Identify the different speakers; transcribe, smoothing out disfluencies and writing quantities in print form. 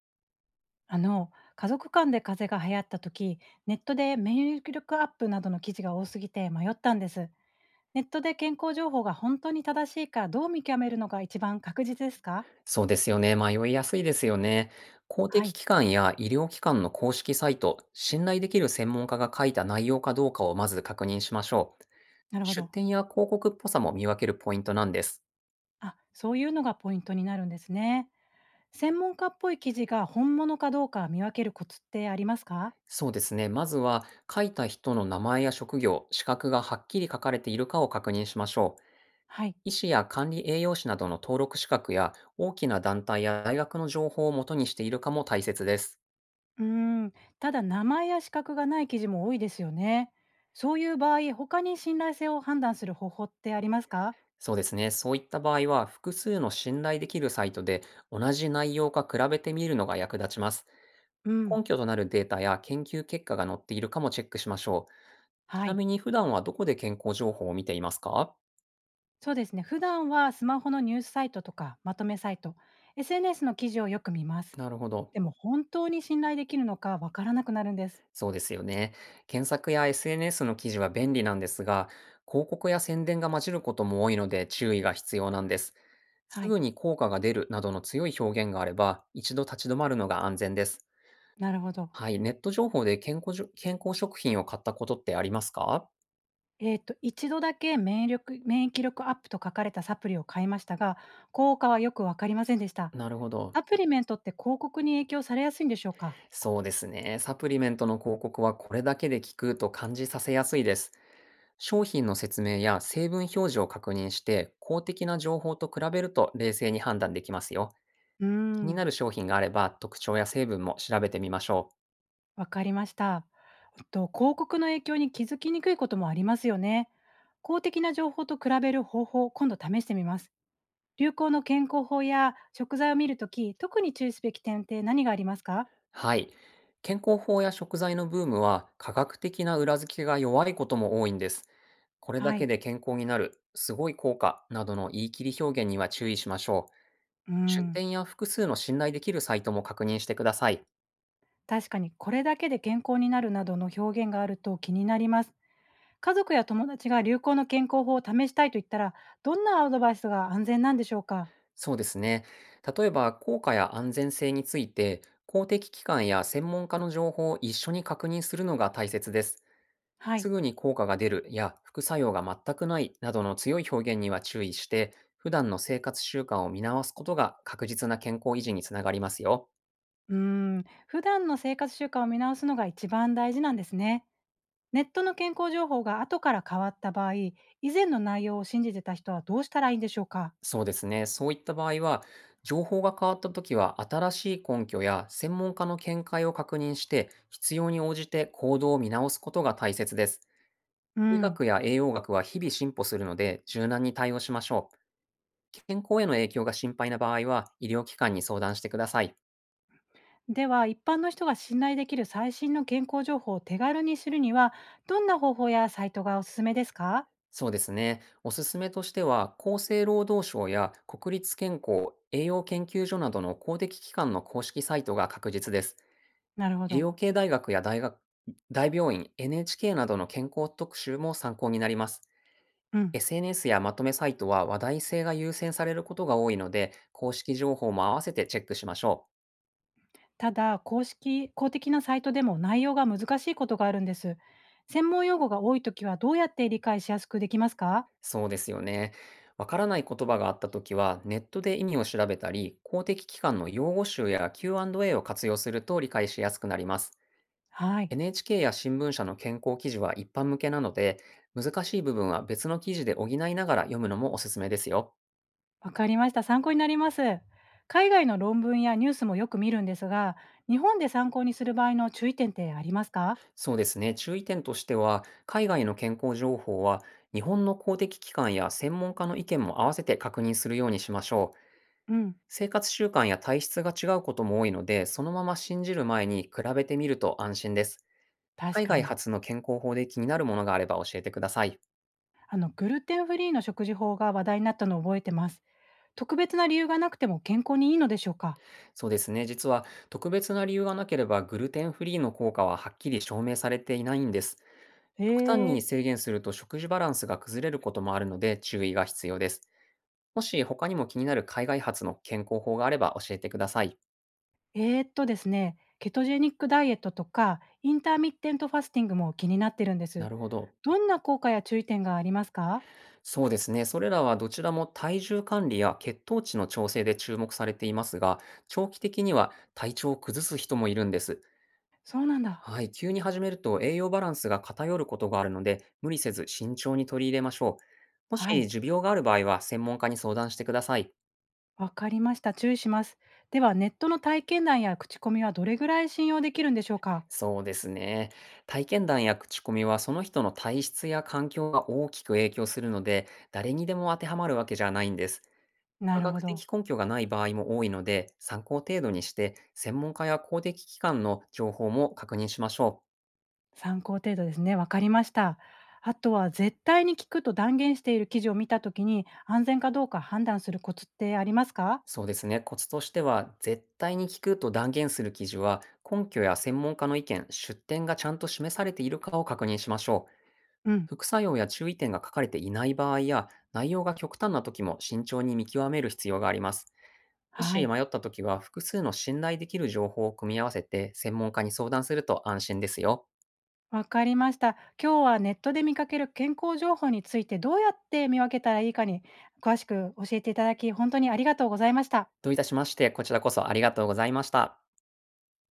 Speaker 1: 家族間で風邪が流行った時、ネットで免疫力アップなどの記事が多すぎて迷ったんです。ネットで健康情報が本当に正しいかどう見極めるのが一番確実ですか？
Speaker 2: そうですよね。迷いやすいですよね。公
Speaker 1: は
Speaker 2: 的
Speaker 1: い。
Speaker 2: 機関や医療機関の公式サイト、信頼できる専門家が書いた内容かどうかをまず確認しましょう。
Speaker 1: なるほ
Speaker 2: 出
Speaker 1: ど。
Speaker 2: 典や広告っぽさも見分けるポイントなんです。
Speaker 1: あ、そういうのがポイントになるんですね。専門家っぽい記事が本物かどうか見分けるコツってありますか？
Speaker 2: そうですね。まずは書いた人の名前や職業、資格がはっきり書かれているかを確認しましょう。
Speaker 1: はい。
Speaker 2: 医師や管理栄養士などの登録資格や大きな団体や大学の情報を元にしているかも大切です。
Speaker 1: うーん。ただ名前や資格がない記事も多いですよね。そういう場合他に信頼性を判断する方法ってありますか？
Speaker 2: そうですね。そういった場合は、複数の信頼できるサイトで同じ内容か比べてみるのが役立ちます。
Speaker 1: うん。
Speaker 2: 根拠となるデータや研究結果が載っているかもチェックしましょう。ち
Speaker 1: は
Speaker 2: な
Speaker 1: い。
Speaker 2: みに普段はどこで健康情報を見ていますか？
Speaker 1: そうですね。普段はスマホのニュースサイトとかまとめサイト、SNS の記事をよく見ます。
Speaker 2: なるほど。
Speaker 1: でも本当に信頼できるのかわからなくなるんです。
Speaker 2: そうですよね。検索や SNS の記事は便利なんですが、広告や宣伝が混じることも多いので注意が必要なんです。
Speaker 1: は
Speaker 2: す
Speaker 1: い。
Speaker 2: ぐに効果が出るなどの強い表現があれば、一度立ち止まるのが安全です。
Speaker 1: なるほど。
Speaker 2: はい、ネット情報で健康食品を買ったことってありますか？
Speaker 1: 一度だけ免疫力アップと書かれたサプリを買いましたが、効果はよくわかりませんでした。
Speaker 2: なるほど。
Speaker 1: サプリメントって広告に影響されやすいんでしょうか？
Speaker 2: そうですね。サプリメントの広告はこれだけで効くと感じさせやすいです。商品の説明や成分表示を確認して、公的な情報と比べると冷静に判断できますよ。
Speaker 1: うー
Speaker 2: 気にな
Speaker 1: ん。
Speaker 2: る商品があれば、特徴や成分も調べてみましょう。
Speaker 1: わかりました。広告の影響に気づきにくいこともありますよね。公的な情報と比べる方法、今度試してみます。流行の健康法や食材を見るとき、特に注意すべき点って何がありますか？
Speaker 2: はい。健康法や食材のブームは科学的な裏付けが弱いことも多いんです。これだ
Speaker 1: はい。
Speaker 2: けで健康になる、すごい効果などの言い切り表現には注意しましょう。
Speaker 1: う
Speaker 2: 出
Speaker 1: ん。
Speaker 2: 典や複数の信頼できるサイトも確認してください。
Speaker 1: 確かに、これだけで健康になるなどの表現があると気になります。家族や友達が流行の健康法を試したいと言ったら、どんなアドバイスが安全なんでしょうか？
Speaker 2: そうですね。例えば、効果や安全性について、公的機関や専門家の情報を一緒に確認するのが大切です。
Speaker 1: はい。
Speaker 2: すぐに効果が出るや副作用が全くないなどの強い表現には注意して、普段の生活習慣を見直すことが確実な健康維持につながりますよ。
Speaker 1: うーん。普段の生活習慣を見直すのが一番大事なんですね。ネットの健康情報が後から変わった場合、以前の内容を信じてた人はどうしたらいいんでしょうか？
Speaker 2: そうですね。そういった場合は、情報が変わったときは新しい根拠や専門家の見解を確認して、必要に応じて行動を見直すことが大切です。
Speaker 1: う
Speaker 2: 医
Speaker 1: ん。
Speaker 2: 学や栄養学は日々進歩するので、柔軟に対応しましょう。健康への影響が心配な場合は、医療機関に相談してください。
Speaker 1: では、一般の人が信頼できる最新の健康情報を手軽に知るには、どんな方法やサイトがおすすめですか？
Speaker 2: そうですね。おすすめとしては、厚生労働省や国立健康栄養研究所などの公的機関の公式サイトが確実です。
Speaker 1: なるほ
Speaker 2: 医
Speaker 1: ど。
Speaker 2: 療系大学や大病院、NHK などの健康特集も参考になります。
Speaker 1: うん。
Speaker 2: SNS やまとめサイトは話題性が優先されることが多いので、公式情報も合わせてチェックしましょう。
Speaker 1: ただ、公的なサイトでも内容が難しいことがあるんです。専門用語が多いときはどうやって理解しやすくできますか？
Speaker 2: そうですよね。わからない言葉があったときは、ネットで意味を調べたり、公的機関の用語集や Q&A を活用すると理解しやすくなります。
Speaker 1: はい。
Speaker 2: NHK や新聞社の健康記事は一般向けなので、難しい部分は別の記事で補いながら読むのもおすすめですよ。
Speaker 1: わかりました。参考になります。海外の論文やニュースもよく見るんですが、日本で参考にする場合の注意点ってありますか？
Speaker 2: そうですね。注意点としては、海外の健康情報は、日本の公的機関や専門家の意見も合わせて確認するようにしましょう。
Speaker 1: うん。
Speaker 2: 生活習慣や体質が違うことも多いので、そのまま信じる前に比べてみると安心です。
Speaker 1: 確
Speaker 2: 海
Speaker 1: か
Speaker 2: 外
Speaker 1: に。
Speaker 2: 発の健康法で気になるものがあれば教えてください。
Speaker 1: グルテンフリーの食事法が話題になったのを覚えてます。特別な理由がなくても健康にいいのでしょうか？
Speaker 2: そうですね。実は特別な理由がなければグルテンフリーの効果ははっきり証明されていないんです。
Speaker 1: え
Speaker 2: 極端
Speaker 1: ー、
Speaker 2: に
Speaker 1: え。
Speaker 2: 制限すると食事バランスが崩れることもあるので注意が必要です。もし他にも気になる海外発の健康法があれば教えてください。
Speaker 1: ですね、ケトジェニックダイエットとか、インターミッテントファスティングも気になってるんです。
Speaker 2: なるほど。
Speaker 1: どんな効果や注意点がありますか？
Speaker 2: そうですね。それらはどちらも体重管理や血糖値の調整で注目されていますが、長期的には体調を崩す人もいるんです。
Speaker 1: そうなんだ。
Speaker 2: はい、急に始めると栄養バランスが偏ることがあるので、無理せず慎重に取り入れましょう。もし
Speaker 1: はい、
Speaker 2: 持病がある場合は専門家に相談してください。
Speaker 1: わかりました。注意します。では、ネットの体験談や口コミはどれぐらい信用できるんでしょうか？
Speaker 2: そうですね。体験談や口コミはその人の体質や環境が大きく影響するので、誰にでも当てはまるわけじゃないんです。
Speaker 1: な
Speaker 2: 科
Speaker 1: るほ
Speaker 2: 学
Speaker 1: ど。
Speaker 2: 的根拠がない場合も多いので、参考程度にして、専門家や公的機関の情報も確認しましょう。
Speaker 1: 参考程度ですね。わかりました。あとは絶対に効くと断言している記事を見たときに、安全かどうか判断するコツってありますか？
Speaker 2: そうですね。コツとしては、絶対に効くと断言する記事は、根拠や専門家の意見、出典がちゃんと示されているかを確認しましょう。
Speaker 1: うん、
Speaker 2: 副作用や注意点が書かれていない場合や、内容が極端な時も慎重に見極める必要があります。も
Speaker 1: は
Speaker 2: し
Speaker 1: い。
Speaker 2: 迷った時は、複数の信頼できる情報を組み合わせて、専門家に相談すると安心ですよ。
Speaker 1: わかりました。今日はネットで見かける健康情報についてどうやって見分けたらいいかに詳しく教えていただき、本当にありがとうございました。
Speaker 2: どういたしまして、こちらこそありがとうございました。